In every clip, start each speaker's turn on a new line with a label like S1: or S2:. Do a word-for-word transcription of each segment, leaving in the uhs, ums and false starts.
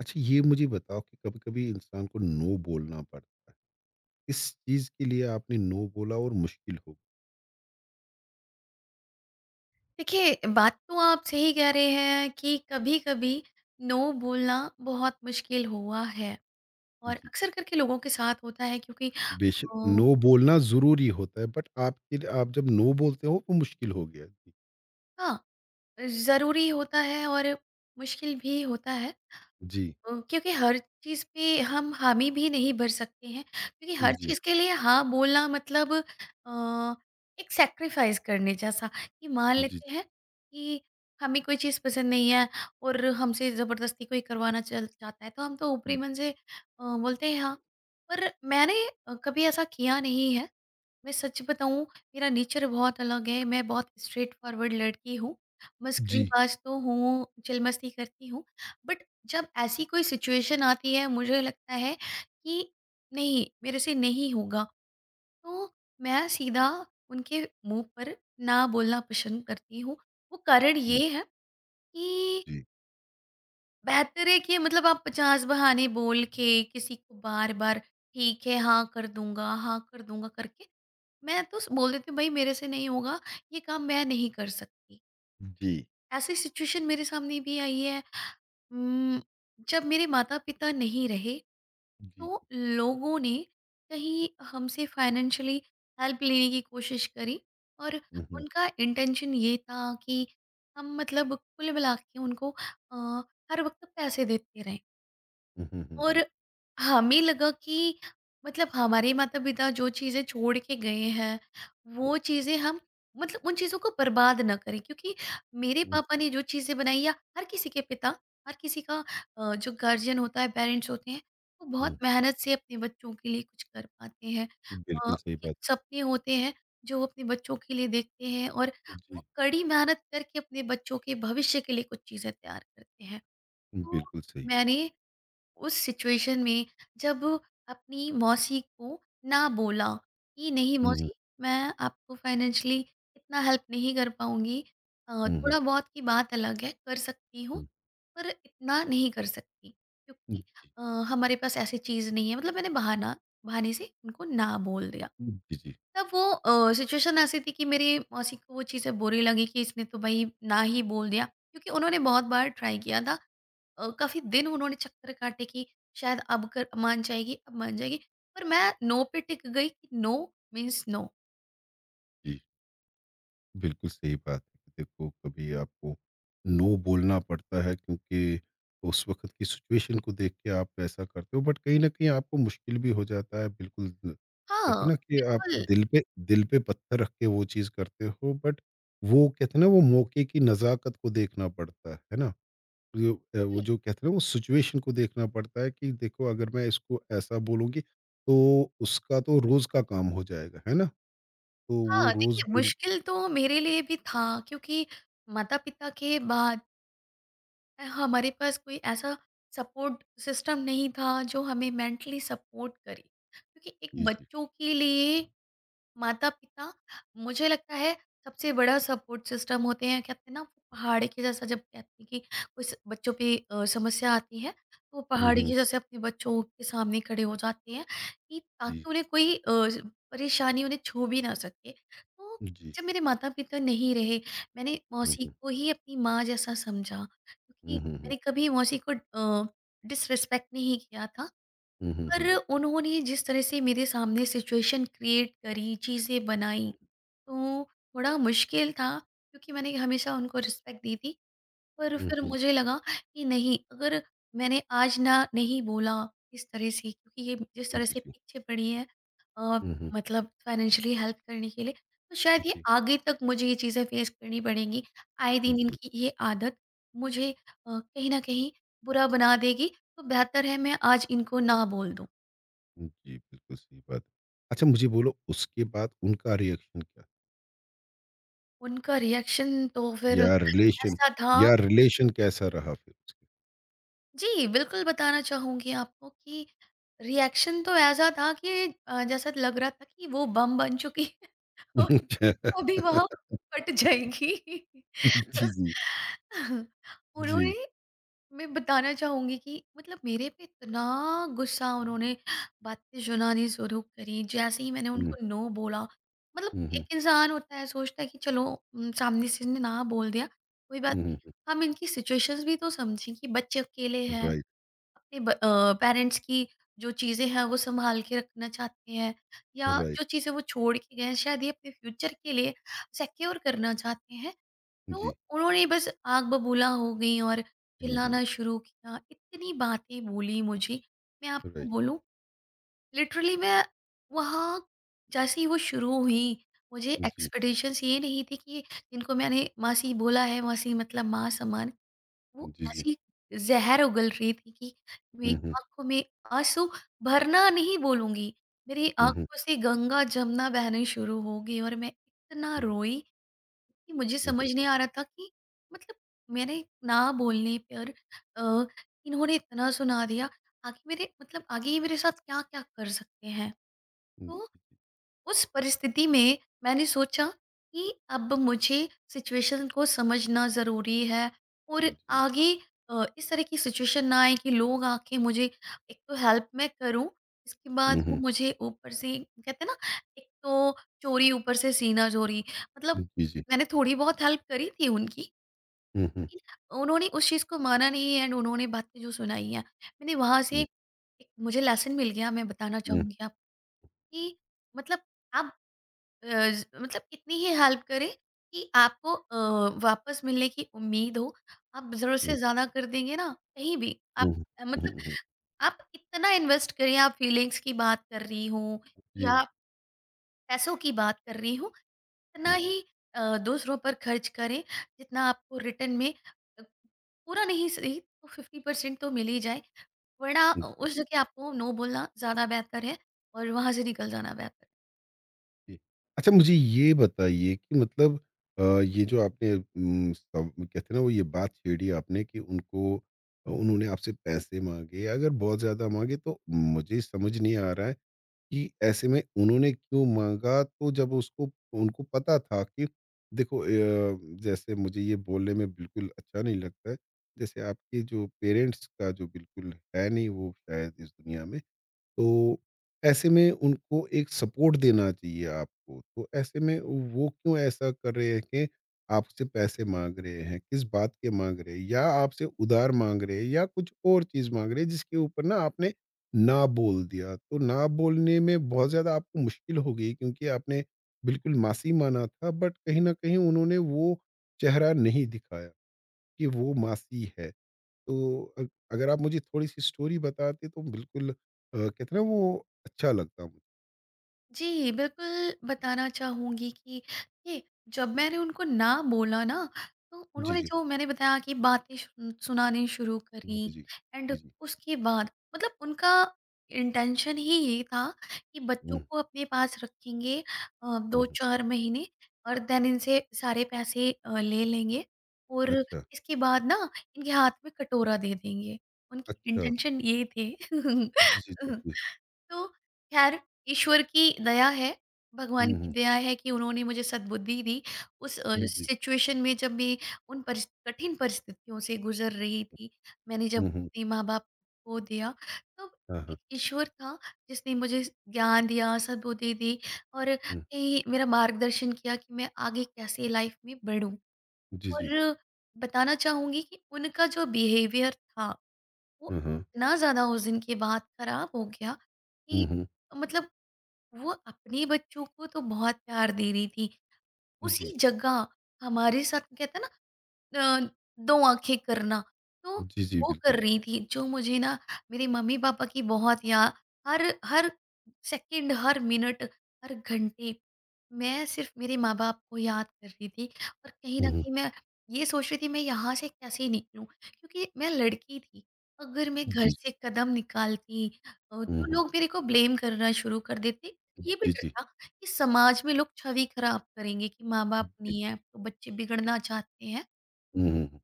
S1: अच्छा ये मुझे बताओ कि कभी-कभी इंसान को नो बोलना पड़ता है। किस चीज़ के लिए आपने नो बोला और मुश्किल हो?
S2: देखिए, बात तो आप सही कह रहे हैं कि कभी-कभी नो बोलना बहुत मुश्किल हुआ है और
S1: जी,
S2: अक्सर करके लोगों के साथ होता है क्योंकि
S1: बेशक
S2: अ,
S1: नो बोलना ज़रूरी होता है बट आपके लिए आप जब नो बोलते हो तो मुश्किल हो गया।
S2: हाँ, ज़रूरी होता है और मुश्किल भी होता है।
S1: जी,
S2: अ, क्योंकि हर चीज़ पे हम हामी भी नहीं भर सकते हैं क्योंकि हर
S1: जी,
S2: चीज़ के लिए हाँ बोलना मतलब अ, एक सैक्रिफाइस करने जैसा कि मान
S1: जी,
S2: लेते
S1: जी।
S2: हैं कि हमें कोई चीज़ पसंद नहीं है और हमसे ज़बरदस्ती कोई करवाना चल चाहता है तो हम तो ऊपरी मन से अ, बोलते हैं हाँ। पर मैंने अ, कभी ऐसा किया नहीं है। मैं सच बताऊँ, मेरा नेचर बहुत अलग है, मैं बहुत स्ट्रेट फॉरवर्ड लड़की हूँ,
S1: जी,
S2: मस्करीबाज़ तो हूँ, चिलमस्ती करती हूँ, बट जब ऐसी कोई सिचुएशन आती है मुझे लगता है कि नहीं मेरे से नहीं होगा, तो मैं सीधा उनके मुँह पर ना बोलना पसंद करती हूँ। वो कारण
S1: जी,
S2: ये है कि बेहतर है कि मतलब आप पचास बहाने बोल के किसी को बार-बार ठीक है, हाँ कर दूँगा, हाँ कर दूँगा करके, मैं तो स- बोल देती हूँ भाई मेरे से नहीं होगा, ये काम मैं नहीं कर सकती।
S1: जी,
S2: ऐसी सिचुएशन मेरे सामने भी आई है। हम्म, जब मेरे माता पिता नहीं रहे
S1: जी, जी।
S2: तो लोगों ने कहीं हमसे फाइनेंशियली हेल्प लेने की कोशिश करी और
S1: हुँ, हुँ,
S2: उनका इंटेंशन ये था कि हम मतलब कुल मिला के उनको अ, हर वक्त पैसे देते रहें।
S1: हुँ, हुँ, हुँ, हुँ।
S2: और हमें लगा कि मतलब हमारे माता-पिता जो चीज़ें छोड़ के गए हैं, वो चीज़ें हम मतलब उन चीज़ों को बर्बाद ना करें, क्योंकि मेरे पापा ने जो चीज़ें बनाई या हर किसी के पिता, हर किसी का अ, जो गार्जियन होता है, पेरेंट्स होते हैं, वो बहुत
S1: हुँ,
S2: मेहनत से अपने बच्चों के लिए कुछ कर पाते हैं।
S1: हुँ,
S2: अ,
S1: बिल्कुल सही
S2: उनके
S1: बात।
S2: कुछ सपने होते हैं जो वो अपने बच्चों के लिए देखते हैं और वो
S1: जी,
S2: कड़ी मेहनत करके अपने बच्चों के भविष्य के लिए कुछ चीज़ें तैयार करते हैं। तो
S1: बिल्कुल सही।
S2: मैंने उस सिचुएशन में जब अपनी मौसी को ना बोला कि नहीं
S1: हुँ, हुँ,
S2: मौसी, मैं आपको फाइनेंशियली इतना हेल्प नहीं कर पाऊंगी, अ,
S1: हुँ, हुँ,
S2: थोड़ा बहुत की बात अलग है, कर सकती हूँ
S1: हुँ।
S2: पर इतना नहीं कर सकती, क्योंकि अ, हमारे पास ऐसी चीज़ नहीं है। मतलब मैंने बहाना बहाने से उनको ना बोल दिया।
S1: जी, जी, जी।
S2: तब वो सिचुएशन ऐसी थी कि मेरी मौसी को वो चीज़ें बुरी लगी कि इसने तो भाई ना ही बोल दिया, क्योंकि उन्होंने बहुत बार ट्राई किया था। अ, काफ़ी दिन उन्होंने चक्कर काटे कि शायद अब कर मान जाएगी, अब मान जाएगी। पर मैं नो पे टिक गई कि नो मीन्स नो।
S1: बिल्कुल सही बात है। देखो कभी आपको नो बोलना पड़ता है क्योंकि उस वक़्त की सिचुएशन को देख के आप ऐसा करते हो बट कहीं न कहीं आपको मुश्किल भी हो जाता है बिल्कुल ज- कहते
S2: हाँ,
S1: हैं ना कि आप
S2: बिल्कुल।
S1: दिल पे दिल पे पत्थर रख के वो चीज़ करते हो बट वो कहते हैं ना वो मौके की नज़ाकत को देखना पड़ता है, है ना? जो अ,
S2: जी,
S1: वो जो कहते हैं ना वो सिचुएशन को देखना पड़ता है कि देखो अगर मैं इसको ऐसा बोलूँगी तो उसका तो रोज़ का काम हो जाएगा, है ना? तो वो
S2: हाँ,
S1: रोज़
S2: देखिए
S1: बोल
S2: मुश्किल तो मेरे लिए भी था, क्योंकि माता-पिता के बाद अ, हमारे पास कोई ऐसा सपोर्ट सिस्टम नहीं था जो हमें मेंटली सपोर्ट करे। क्योंकि एक
S1: जी, जी।
S2: बच्चों के लिए माता-पिता मुझे लगता है सबसे बड़ा सपोर्ट सिस्टम होते हैं। कहते हैं ना वो पहाड़ के जैसा, जब कहते हैं कि कुछ बच्चों पे अ, समस्या आती है तो वो
S1: हुँ,
S2: पहाड़ हुँ।
S1: हुँ।
S2: के जैसे अपने बच्चों के सामने खड़े हो जाते हैं कि ताकि
S1: जी,
S2: उन्हें कोई अ, परेशानी उन्हें छू भी ना सके। तो
S1: जी।
S2: जब मेरे माता-पिता नहीं रहे, मैंने
S1: हुँ,
S2: मौसी
S1: हुँ।
S2: को ही अपनी माँ जैसा समझा, क्योंकि
S1: हुँ, हुँ, हुँ।
S2: मैंने कभी मौसी को अ, डिसरिस्पेक्ट नहीं किया था।
S1: हुँ, हुँ, हुँ।
S2: पर उन्होंने जिस तरह से मेरे सामने सिचुएशन क्रिएट करी, चीज़ें बनाई, तो थोड़ा मुश्किल था, क्योंकि मैंने हमेशा उनको रिस्पेक्ट दी थी। पर
S1: हुँ,
S2: फिर
S1: हुँ।
S2: मुझे लगा कि नहीं, अगर मैंने आज ना नहीं बोला इस तरह से, क्योंकि ये जिस तरह
S1: जी,
S2: से
S1: जी।
S2: पीछे पड़ी है, अ,
S1: हुँ, हुँ।
S2: मतलब फाइनेंशियली हेल्प करने के लिए, तो शायद ये
S1: जी,
S2: आगे तक मुझे ये चीज़ें फेस करनी पड़ेंगी। आए दिन
S1: जी,
S2: इनकी ये आदत मुझे अ, कहीं न कहीं बुरा बना देगी, तो बेहतर है मैं आज इनको ना बोल दूँ।
S1: जी, बिल्कुल सही बात। है। अच्छा मुझे बोलो उसके बाद उनका रिएक्शन क्या था?
S2: उनका रिएक्शन तो फिर
S1: या रिलेशन
S2: ऐसा था।
S1: या रिलेशन कैसा रहा फिर उसके?
S2: जी, बिल्कुल बताना चाहूँगी आपको कि रिएक्शन तो ऐसा था कि अ, जैसा लग रहा था कि वो बम बन चुकी है और
S1: अच्छा।
S2: अभी वहाँ फट जाएगी।
S1: जी, जी।
S2: उन्होंने,
S1: जी।
S2: मैं बताना चाहूँगी कि मतलब मेरे पे इतना गुस्सा उन्होंने, बातें सुनानी शुरू करी जैसे ही मैंने
S1: हुँ,
S2: उनको नो बोला। मतलब
S1: हुँ, हुँ।
S2: एक इंसान होता है सोचता है कि चलो, उम, सामने से ने ना बोल दिया, कोई बात
S1: हुँ,
S2: नहीं।
S1: हुँ।
S2: हम इनकी सिचुएशंस भी तो समझें कि बच्चे अकेले हैं,
S1: राइट,
S2: अपने ब अ, पेरेंट्स की जो चीज़ें हैं वो सँभाल के रखना चाहते हैं या
S1: राइट।
S2: जो चीज़ें वो छोड़ के गए हैं, शायद ये अपने फ्यूचर के लिए सिक्योर करना चाहते हैं। तो
S1: जी।
S2: उन्होंने बस आग बबूला हो गई और
S1: हुँ, हुँ।
S2: चिल्लाना शुरू किया। इतनी बातें बोली मुझे, मैं आपको
S1: राइट।
S2: बोलूँ लिटरली मैं वहाँ जैसे ही वो शुरू हुई, मुझे
S1: जी,
S2: एक्सपेक्टेशंस ये नहीं थी कि जिनको मैंने मासी बोला है, मासी मतलब माँ समान, वो
S1: जी, जी।
S2: ऐसी ज़हर उगल रही थी कि मेरी
S1: हुँ, हुँ।
S2: आँखों में आँसू भरना नहीं बोलूँगी, मेरी
S1: हुँ, हुँ।
S2: आँखों से गंगा, जमुना बहने शुरू हो गई और मैं इतना
S1: हुँ,
S2: रोई कि मुझे
S1: हुँ,
S2: समझ नहीं आ रहा था कि मतलब मेरे ना बोलने पर अ, इन्होंने इतना सुना दिया, आगे मेरे मतलब आगे ये मेरे साथ क्या-क्या कर सकते हैं।
S1: हुँ।
S2: तो उस परिस्थिति में मैंने सोचा कि अब मुझे सिचुएशन को समझना ज़रूरी है और
S1: जी।
S2: आगे अ, इस तरह की सिचुएशन ना आए कि लोग आके मुझे, एक तो हेल्प मैं करूं, इसके बाद
S1: हुँ,
S2: वो
S1: हुँ।
S2: मुझे ऊपर से कहते हैं ना, एक तो चोरी ऊपर से सीना चोरी। मतलब
S1: जी, जी।
S2: मैंने थोड़ी बहुत हेल्प करी थी उनकी,
S1: हुँ, हुँ।
S2: लेकिन उन्होंने उस चीज़ को माना नहीं है, एंड उन्होंने बातें जो सुनाई हैं मैंने वहां से
S1: हुँ,
S2: एक मुझे लेसन मिल गया, मैं बताना
S1: हुँ।
S2: चाहूंगी आपको कि मतलब आप अ, ज मतलब इतनी ही हेल्प करे कि आपको अ, वापस मिलने की उम्मीद हो। आप ज़रूरत से ज़्यादा कर देंगे ना, कहीं भी आप
S1: हुँ, हुँ।
S2: अ,
S1: हुँ,
S2: मतलब
S1: हुँ, हुँ।
S2: आप इतना इन्वेस्ट करिए, आप फीलिंग्स की बात कर रही हों
S1: जी।
S2: या पैसों की बात कर रही हों, इतना
S1: हुँ,
S2: ही अ, दूसरों पर खर्च करें, जितना आपको रिटर्न में अ, पूरा नहीं सही तो फिफ्टी परसेंट तो मिल ही जाए, वरना अ,
S1: जी,
S2: उस जगह आपको नो बोलना ज़्यादा बेहतर है और वहाँ से निकल जाना बेहतर है।
S1: जी। अच्छा मुझे ये बताइए कि मतलब अ, ये जो आपने उम, सब कहते हैं ना वो ये बात छेड़ी आपने कि उनको अ, उन्होंने आपसे पैसे माँगे, अगर बहुत ज़्यादा माँगे तो मुझे समझ नहीं आ रहा है कि ऐसे में उन्होंने क्यों माँगा? तो जब उसको उनको पता था कि देखो अ, जैसे मुझे ये बोलने में बिल्कुल अच्छा नहीं लगता है, जैसे आपके जो पेरेंट्स का जो बिल्कुल है नहीं वो शायद इस दुनिया में। तो ऐसे में उनको एक सपोर्ट देना चाहिए आपको। तो ऐसे में वो क्यों ऐसा कर रहे हैं कि आपसे पैसे माँग रहे हैं? किस बात के माँग रहे हैं? या आपसे उधार माँग रहे हैं या कुछ और चीज़ माँग रहे हैं जिसके ऊपर ना आपने ना बोल दिया। तो ना बोलने में बहुत ज़्यादा आपको मुश्किल हो गई क्योंकि आपने बिल्कुल मासी माना था बट कहीं न कहीं उन्होंने वो चेहरा नहीं दिखाया कि वो मासी है। तो अग अगर आप मुझे थोड़ी-सी स्टोरी बताते तो बिल्कुल अ, कहते हैं ना वो अच्छा लगता मुझे।
S2: जी, बिल्कुल बताना चाहूँगी कि ये, जब मैंने उनको ना बोला ना, तो
S1: जी,
S2: उन्होंने
S1: जी।
S2: जो मैंने बताया कि बातें शु सुनानी शुरू करी
S1: जी, जी।
S2: एंड
S1: जी, जी।
S2: उसके बाद मतलब उनका इंटेंशन ही ये था कि बच्चों
S1: हुँ,
S2: को अपने पास रखेंगे अ,
S1: हुँ, हुँ।
S2: दो से चार महीने और देन इनसे सारे पैसे अ, ले लेंगे और
S1: अच्छा,
S2: इसके बाद ना इनके हाथ में कटोरा दे देंगे। उनकी
S1: अच्छा।
S2: इंटेंशन ये थे।
S1: जी, जी, जी, जी।
S2: तो ख़ैर ईश्वर की दया है, भगवान
S1: हुँ,
S2: की
S1: हुँ।
S2: दया है कि उन्होंने मुझे सद्बुद्धि दी। उस अ,
S1: हुँ, जी।
S2: सिचुएशन में जब मैं उन परिस कठिन परिस्थितियों से गुज़र रही थी, मैंने जब
S1: हुँ, हुँ।
S2: अपने माँ-बाप को दिया, तब
S1: हाँ, हाँ।
S2: एक ईश्वर था जिसने मुझे स ज्ञान दिया, सद्बुद्धि दी और
S1: हुँ।
S2: कहीं मेरा मार्गदर्शन किया कि मैं आगे कैसे लाइफ़ में बढ़ूँ।
S1: जी, जी।
S2: और बताना चाहूँगी कि उनका जो बिहेवियर था, वो
S1: हाँ, हाँ।
S2: इतना ज़्यादा उस दिन के बाद खराब हो गया कि
S1: हुँ, हुँ।
S2: मतलब वो अपने बच्चों को तो बहुत प्यार दे रही थी।
S1: जी।
S2: उसी जगह हमारे साथ कहते हैं ना अ, दो आँखें करना, तो
S1: जी, जी,
S2: वो
S1: बिल्कुल।
S2: कर रही थी जो मुझे ना मेरे मम्मी-पापा की बहुत या हर हर सेकंड, हर मिनट, हर घंटे मैं सिर्फ़ मेरे माँ-बाप को याद कर रही थी और कहीं न
S1: हुँ, हुँ।
S2: कहीं मैं ये सोच रही थी मैं यहाँ से कैसे निकलूँ? क्योंकि मैं लड़की थी, अगर मैं
S1: जी,
S2: घर
S1: जी।
S2: से कदम निकालती अ,
S1: हुँ,
S2: तो
S1: हुँ।
S2: लोग मेरे को ब्लेम करना शुरू कर देते। ये भी
S1: जी,
S2: डर
S1: जी।
S2: था कि समाज में लोग छवि खराब करेंगे कि माँ-बाप
S1: जी।
S2: नहीं है, तो बच्चे बिगड़ना चाहते हैं।
S1: हुँ, हुँ, हुँ।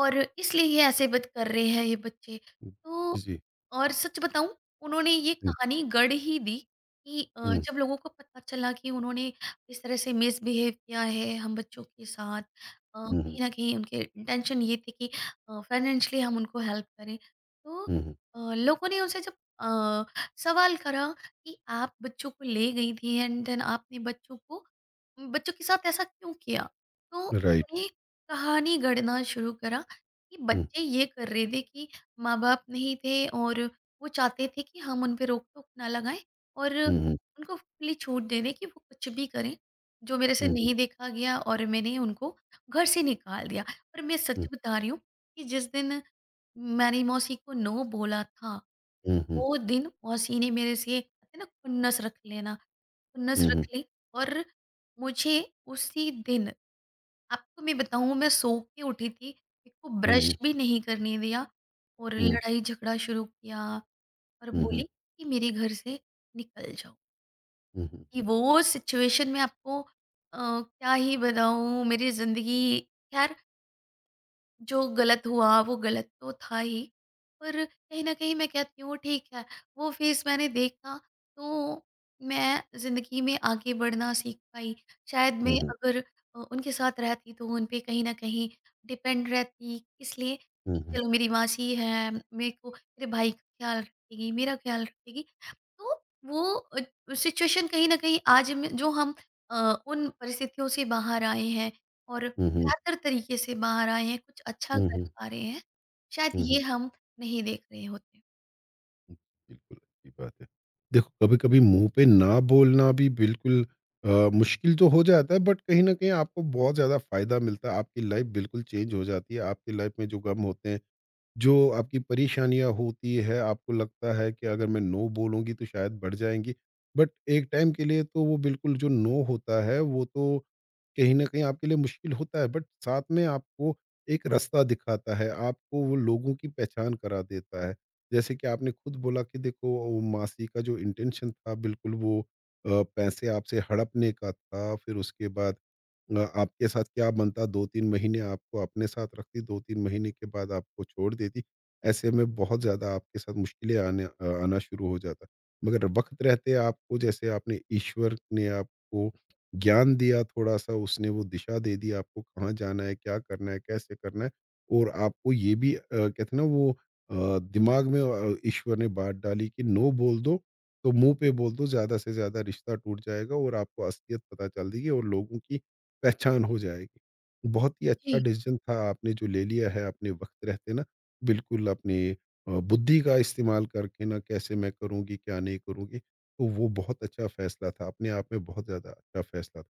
S2: और इसलिए ये ऐसे बत कर रहे हैं ये बच्चे।
S1: हुँ। जी,
S2: तो
S1: जी।
S2: और सच बताऊँ, उन्होंने ये
S1: हुँ,
S2: कहानी गढ़ ही दी कि अ,
S1: हुँ,
S2: जब लोगों को पता चला कि उन्होंने इस तरह से मिसबिहेव किया है हम बच्चों के साथ, अ,
S1: हुँ, हुँ,
S2: कहीं न कहीं उनके इंटेंशन ये थे कि अ, फाइनेंशियली हम उनको हेल्प करें। तो
S1: हुँ, हुँ।
S2: अ, लोगों ने उनसे जब अ, सवाल करा कि आप बच्चों को ले गई थी एंड देन आपने बच्चों को, बच्चों के साथ ऐसा क्यों किया? तो
S1: राइट।
S2: उन्होंने कहानी गढ़ना शुरू करा कि
S1: हुँ,
S2: बच्चे ये कर रहे थे कि माँ-बाप नहीं थे और वो चाहते थे कि हम उन पे रोक-टोक ना लगाएँ और
S1: हुँ, हुँ,
S2: उनको खुली छूट दे दें कि वो कुछ भी करें, जो मेरे से
S1: हुँ, हुँ,
S2: नहीं देखा गया और मैंने उनको घर से निकाल दिया। पर मैं सच
S1: हुँ,
S2: बता रही हूँ कि जिस दिन मैंने मौसी को नो बोला था,
S1: हुँ, हुँ,
S2: वो दिन मौसी ने मेरे से कहते हैं ना खुन्नस रख लेना, खुन्नस
S1: हुँ, हुँ,
S2: रख
S1: हुँ,
S2: ली और मुझे उसी दिन, आपको मैं बताऊँ, मैं सो के उठी थी, मेरे को ब्रश
S1: हुँ,
S2: भी नहीं करने दिया और
S1: हुँ,
S2: लड़ाई-झगड़ा शुरू किया और
S1: हुँ,
S2: बोली कि मेरे घर से निकल जाओ।
S1: हुँ, हुँ।
S2: कि वो सिचुएशन मैं आपको अ, क्या ही बताऊँ मेरी ज़िंदगी। खैर जो गलत हुआ वो गलत तो था ही, पर कहीं न कहीं मैं कहती हूँ ठीक है, वो फेज़ मैंने देखा, तो मैं ज़िंदगी में आगे बढ़ना सीख पाई। शायद
S1: हुँ,
S2: मैं
S1: हुँ।
S2: अगर अ, उनके साथ रहती तो उन पे कहीं न कहीं डिपेंड रहती, इसलिए
S1: हुँ,
S2: कि
S1: हुँ।
S2: चलो मेरी मासी है, मेरे को मेरे भाई का ख्याल रखेगी, मेरा ख्याल रखेगी। तो वो अ, सिचुएशन कहीं न कहीं आज में जो हम अ, उन परिस्थितियों से बाहर आए हैं और
S1: हुँ, हुँ।
S2: बेहतर तरीके से बाहर आए हैं, कुछ अच्छा
S1: हुँ,
S2: कर
S1: हुँ।
S2: पा रहे हैं, शायद
S1: हुँ,
S2: ये
S1: हुँ।
S2: हम नहीं देख रहे होते।
S1: बिल्कुल, अच्छी बात है। देखो कभी-कभी मुँह पे ना बोलना भी बिल्कुल अ, मुश्किल तो हो जाता है बट कहीं न कहीं आपको बहुत ज़्यादा फ़ायदा मिलता है। आपकी लाइफ़ बिल्कुल चेंज हो जाती है। आपकी लाइफ़ में जो गम होते हैं जो आपकी परेशानियाँ होती है, आपको लगता है कि अगर मैं नो बोलूँगी तो शायद बढ़ जाएँगी। बट एक टाइम के लिए तो वो बिल्कुल जो नो होता है वो तो कहीं न कहीं आपके लिए मुश्किल होता है बट साथ में आपको एक रास्ता दिखाता है, आपको वो लोगों की पहचान करा देता है। जैसे कि आपने खुद बोला कि देखो वो मासी का जो इंटेंशन था बिल्कुल वो अ, पैसे आपसे हड़पने का था, फिर उसके बाद अ, आपके साथ क्या बनता दो तीन महीने आपको अपने साथ रखती, दो तीन महीने के बाद आपको छोड़ देती। ऐसे में बहुत ज़्यादा आपके साथ मुश्किलें आने अ, आना शुरू हो जाता। मगर वक़्त रहते आपको जैसे आपने ईश्वर ने आपको ज्ञान दिया थोड़ा-सा उसने वो दिशा दे दी आपको कहाँ जाना है, क्या करना है, कैसे करना है और आपको ये भी अ, कहते हैं ना वो अ, दिमाग में अ, ईश्वर ने बात डाली कि नो बोल दो, तो मुँह पे बोल दो ज़्यादा से ज़्यादा रिश्ता टूट जाएगा और आपको असलियत पता चल देगी और लोगों की पहचान हो जाएगी। बहुत ही अच्छा
S2: जी,
S1: डिसीज़न था आपने जो ले लिया है अपने वक़्त रहते ना, बिल्कुल अपने अ, बुद्धि का इस्तेमाल करके ना कैसे मैं करूँगी, क्या नहीं करूँगी, तो वो बहुत अच्छा फ़ैसला था, अपने आप में बहुत ज़्यादा अच्छा फ़ैसला था।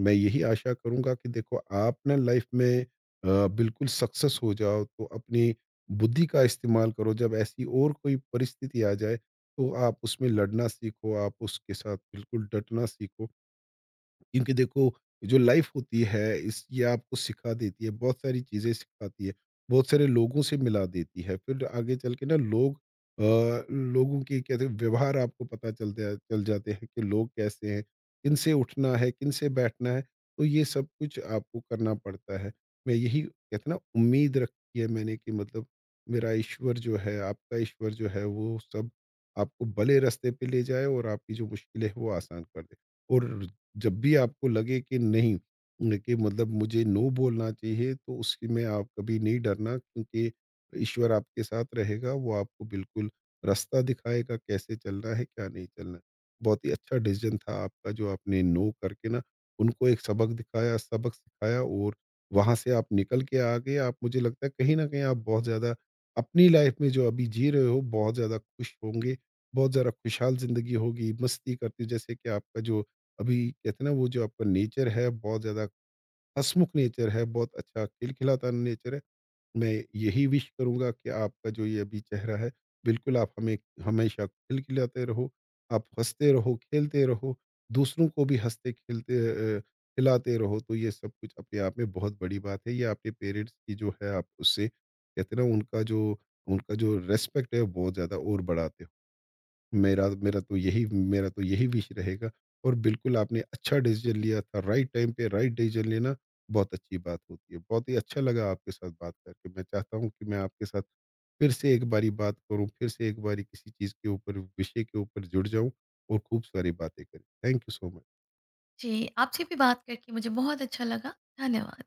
S1: मैं यही आशा करूँगा कि देखो आप ना लाइफ़ में अ, बिल्कुल सक्सेस हो जाओ, तो अपनी बुद्धि का इस्तेमाल करो, जब ऐसी और कोई परिस्थिति आ जाए, तो आप उसमें लड़ना सीखो, आप उसके साथ बिल्कुल डटना सीखो क्योंकि देखो जो लाइफ होती है इस ये आपको सिखा देती है बहुत सारी चीज़ें सिखाती है बहुत सारे लोगों से मिला देती है फिर आगे चल के ना लोग अ, लोगों की कहते हैं व्यवहार आपको पता चलते हैं- चल जाते हैं कि लोग कैसे हैं किन से उठना है किन से बैठना है तो ये सब कुछ आपको करना पड़ता है मैं यही कहते हैं ना उम्मीद रखी है मैंने कि मतलब मेरा ईश्वर जो है आपका ईश्वर जो है वो सब आपको भले रास्ते पे ले जाए और आपकी जो मुश्किलें हैं वो आसान कर दे और जब भी आपको लगे कि नहीं न कि मतलब मुझे नो बोलना चाहिए तो उसकी में आप कभी नहीं डरना क्योंकि ईश्वर आपके साथ रहेगा वो आपको बिल्कुल रास्ता दिखाएगा कैसे चलना है क्या नहीं चलना है। बहुत ही अच्छा डिसीजन था आपका जो आपने नो करके ना उनको एक सबक दिखाया सबक सिखाया और वहाँ से आप निकल के आ गए आप मुझे लगता है कहीं ना कहीं आप बहुत ज़्यादा अपनी लाइफ में जो अभी जी रहे हो बहुत ज़्यादा खुश होंगे बहुत ज़्यादा खुशहाल ज़िंदगी होगी मस्ती करते जैसे कि आपका जो अभी कहते हैं ना वो जो आपका नेचर है बहुत ज़्यादा हसमुख नेचर है, बहुत अच्छा खिलखिलाता नेचर है। मैं यही विश करूँगा कि आपका जो ये अभी चेहरा है, बिल्कुल आप हमें हमेशा खिलखिलाते रहो, आप हँसते रहो, खेलते रहो, दूसरों को भी हँसते-खेलते अ, खिलाते रहो, तो ये सब कुछ अपने आप में बहुत बड़ी बात है। ये आपके पेरेंट्स की जो है आप उससे कहते हैं ना उनका जो उनका जो रिस्पेक्ट है बहुत ज़्यादा और बढ़ाते हो। मेरा मेरा तो यही मेरा तो यही विश रहेगा और बिल्कुल आपने अच्छा डिसीजन लिया था, राइट टाइम पे राइट डिसीजन लेना बहुत अच्छी बात होती है। बहुत ही अच्छा लगा आपके साथ बात करके। मैं चाहता हूँ कि मैं आपके साथ फिर से एक बारी बात करूँ, फिर से एक बारी किसी चीज़ के ऊपर, विषय के ऊपर जुड़ जाऊँ और खूब सारी बातें करें। Thank you so much.
S2: जी, आपसे भी बात करके मुझे बहुत अच्छा लगा। धन्यवाद।